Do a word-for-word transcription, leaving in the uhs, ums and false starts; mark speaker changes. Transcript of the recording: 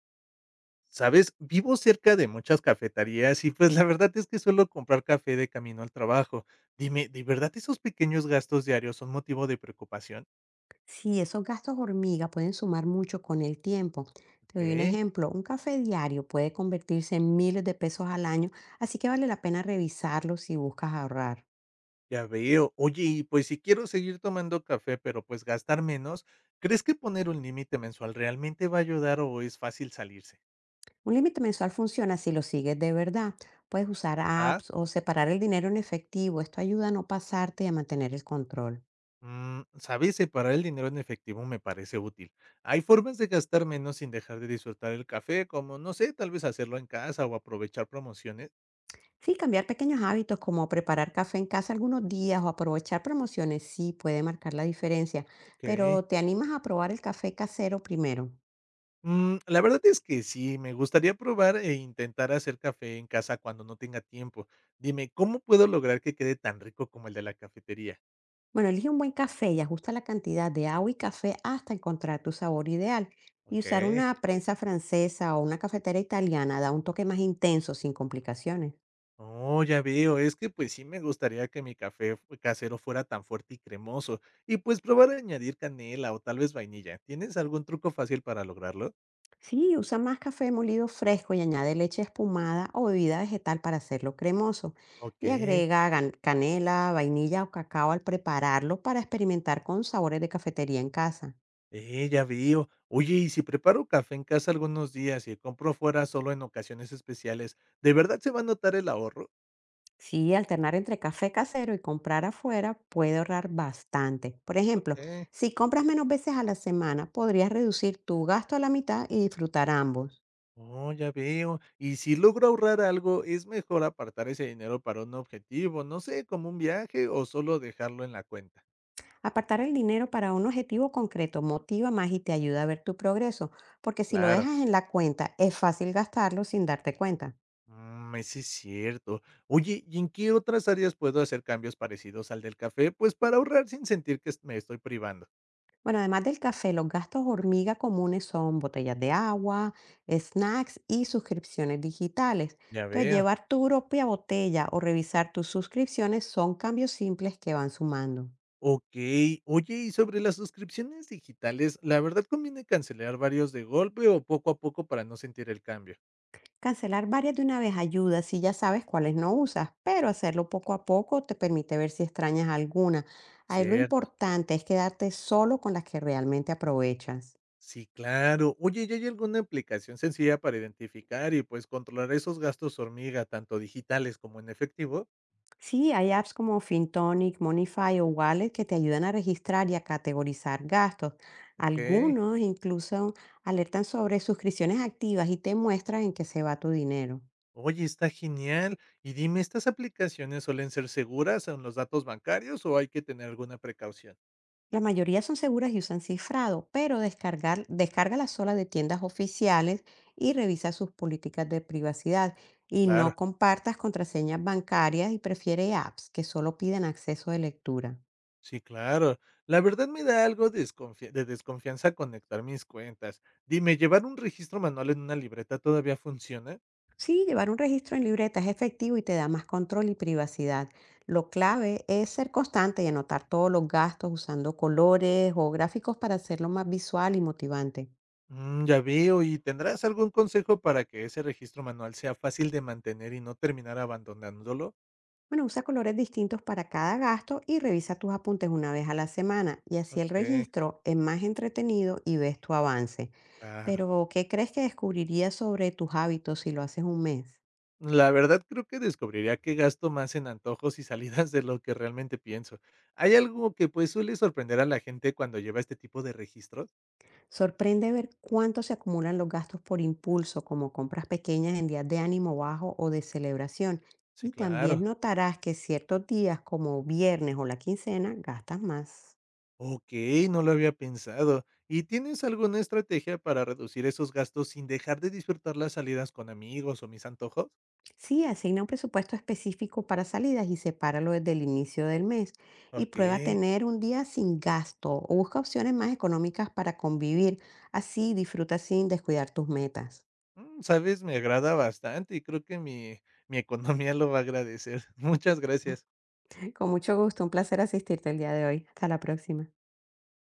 Speaker 1: ¿Sabes? Vivo cerca de muchas cafeterías y pues la verdad es que suelo comprar café de camino al trabajo. Dime, ¿de verdad esos pequeños gastos diarios son motivo de preocupación?
Speaker 2: Sí, esos gastos hormiga pueden sumar mucho con el tiempo. Te doy un
Speaker 1: Ok,
Speaker 2: ejemplo, un café diario puede convertirse en miles de pesos al año, así que vale la pena revisarlo si buscas ahorrar.
Speaker 1: ya veo. Oye, y pues si quiero seguir tomando café, pero pues gastar menos, ¿crees que poner un límite mensual realmente va a ayudar o es fácil salirse?
Speaker 2: Un límite mensual funciona si lo sigues de verdad. Puedes usar
Speaker 1: Ajá.
Speaker 2: apps o separar el dinero en efectivo. Esto ayuda a no pasarte y a mantener el control.
Speaker 1: Mm, ¿sabes? Separar el dinero en efectivo me parece útil. Hay formas de gastar menos sin dejar de disfrutar el café, como, no sé, tal vez hacerlo en casa o aprovechar promociones.
Speaker 2: Sí, cambiar pequeños hábitos como preparar café en casa algunos días o aprovechar promociones sí puede marcar la diferencia,
Speaker 1: Ok.
Speaker 2: pero ¿te animas a probar el café casero primero?
Speaker 1: Mm, la verdad es que sí, me gustaría probar e intentar hacer café en casa cuando no tenga tiempo. Dime, ¿cómo puedo lograr que quede tan rico como el de la cafetería?
Speaker 2: Bueno, elige un buen café y ajusta la cantidad de agua y café hasta encontrar tu sabor ideal. Y usar
Speaker 1: Ok.
Speaker 2: una prensa francesa o una cafetera italiana da un toque más intenso sin complicaciones.
Speaker 1: Oh, ya veo, es que pues sí me gustaría que mi café fu- casero fuera tan fuerte y cremoso. Y pues probar a añadir canela o tal vez vainilla. ¿Tienes algún truco fácil para lograrlo?
Speaker 2: Sí, usa más café molido fresco y añade leche espumada o bebida vegetal para hacerlo cremoso.
Speaker 1: Ok.
Speaker 2: Y agrega gan- canela, vainilla o cacao al prepararlo para experimentar con sabores de cafetería en casa.
Speaker 1: Eh, ya veo. Oye, y si preparo café en casa algunos días y compro fuera solo en ocasiones especiales, ¿de verdad se va a notar el ahorro?
Speaker 2: Sí, alternar entre café casero y comprar afuera puede ahorrar bastante. Por ejemplo,
Speaker 1: Ok.
Speaker 2: si compras menos veces a la semana, podrías reducir tu gasto a la mitad y disfrutar ambos.
Speaker 1: Oh, ya veo. Y si logro ahorrar algo, ¿es mejor apartar ese dinero para un objetivo, no sé, como un viaje o solo dejarlo en la cuenta?
Speaker 2: Apartar el dinero para un objetivo concreto motiva más y te ayuda a ver tu progreso, porque si lo
Speaker 1: Claro.
Speaker 2: dejas en la cuenta, es fácil gastarlo sin darte cuenta.
Speaker 1: Mm, ese es cierto. Oye, ¿y en qué otras áreas puedo hacer cambios parecidos al del café? Pues para ahorrar sin sentir que es- me estoy privando.
Speaker 2: Bueno, además del café, los gastos hormiga comunes son botellas de agua, snacks y suscripciones digitales.
Speaker 1: Ya
Speaker 2: Entonces,
Speaker 1: veo.
Speaker 2: llevar tu propia botella o revisar tus suscripciones son cambios simples que van sumando.
Speaker 1: Ok. Oye, y sobre las suscripciones digitales, ¿la verdad conviene cancelar varios de golpe o poco a poco para no sentir el cambio?
Speaker 2: Cancelar varias de una vez ayuda si ya sabes cuáles no usas, pero hacerlo poco a poco te permite ver si extrañas alguna. Ahí lo
Speaker 1: Cierto.
Speaker 2: importante es quedarte solo con las que realmente aprovechas.
Speaker 1: Sí, claro. Oye, ¿y hay alguna aplicación sencilla para identificar y pues controlar esos gastos hormiga, tanto digitales como en efectivo?
Speaker 2: Sí, hay apps como FinTonic, Monify o Wallet que te ayudan a registrar y a categorizar gastos.
Speaker 1: Ok.
Speaker 2: Algunos incluso alertan sobre suscripciones activas y te muestran en qué se va tu dinero.
Speaker 1: Oye, está genial. Y dime, ¿estas aplicaciones suelen ser seguras en los datos bancarios o hay que tener alguna precaución?
Speaker 2: La mayoría son seguras y usan cifrado, pero descargar, descárgala sola de tiendas oficiales y revisa sus políticas de privacidad. Y
Speaker 1: Claro,
Speaker 2: no compartas contraseñas bancarias y prefiere apps que solo piden acceso de lectura.
Speaker 1: sí, claro. La verdad me da algo desconfia- de desconfianza conectar mis cuentas. Dime, ¿llevar un registro manual en una libreta todavía funciona?
Speaker 2: Sí, llevar un registro en libreta es efectivo y te da más control y privacidad. Lo clave es ser constante y anotar todos los gastos usando colores o gráficos para hacerlo más visual y motivante.
Speaker 1: Mm, ya veo. ¿Y tendrás algún consejo para que ese registro manual sea fácil de mantener y no terminar abandonándolo?
Speaker 2: Bueno, usa colores distintos para cada gasto y revisa tus apuntes una vez a la semana y así el
Speaker 1: Okey,
Speaker 2: registro es más entretenido y ves tu avance.
Speaker 1: claro.
Speaker 2: Pero, ¿qué crees que descubrirías sobre tus hábitos si lo haces un mes?
Speaker 1: La verdad creo que descubriría que gasto más en antojos y salidas de lo que realmente pienso. ¿Hay algo que, pues, suele sorprender a la gente cuando lleva este tipo de registros?
Speaker 2: Sorprende ver cuánto se acumulan los gastos por impulso, como compras pequeñas en días de ánimo bajo o de celebración.
Speaker 1: Sí,
Speaker 2: Y
Speaker 1: claro.
Speaker 2: también notarás que ciertos días, como viernes o la quincena, gastas más.
Speaker 1: Okey, no lo había pensado. ¿Y tienes alguna estrategia para reducir esos gastos sin dejar de disfrutar las salidas con amigos o mis antojos?
Speaker 2: Sí, asigna un presupuesto específico para salidas y sepáralo desde el inicio del mes. Y prueba
Speaker 1: Okey.
Speaker 2: tener un día sin gasto o busca opciones más económicas para convivir. Así disfruta sin descuidar tus metas.
Speaker 1: Mm, ¿sabes? Me agrada bastante y creo que mi mi economía lo va a agradecer. Muchas gracias.
Speaker 2: Con mucho gusto, un placer asistirte el día de hoy. Hasta la próxima.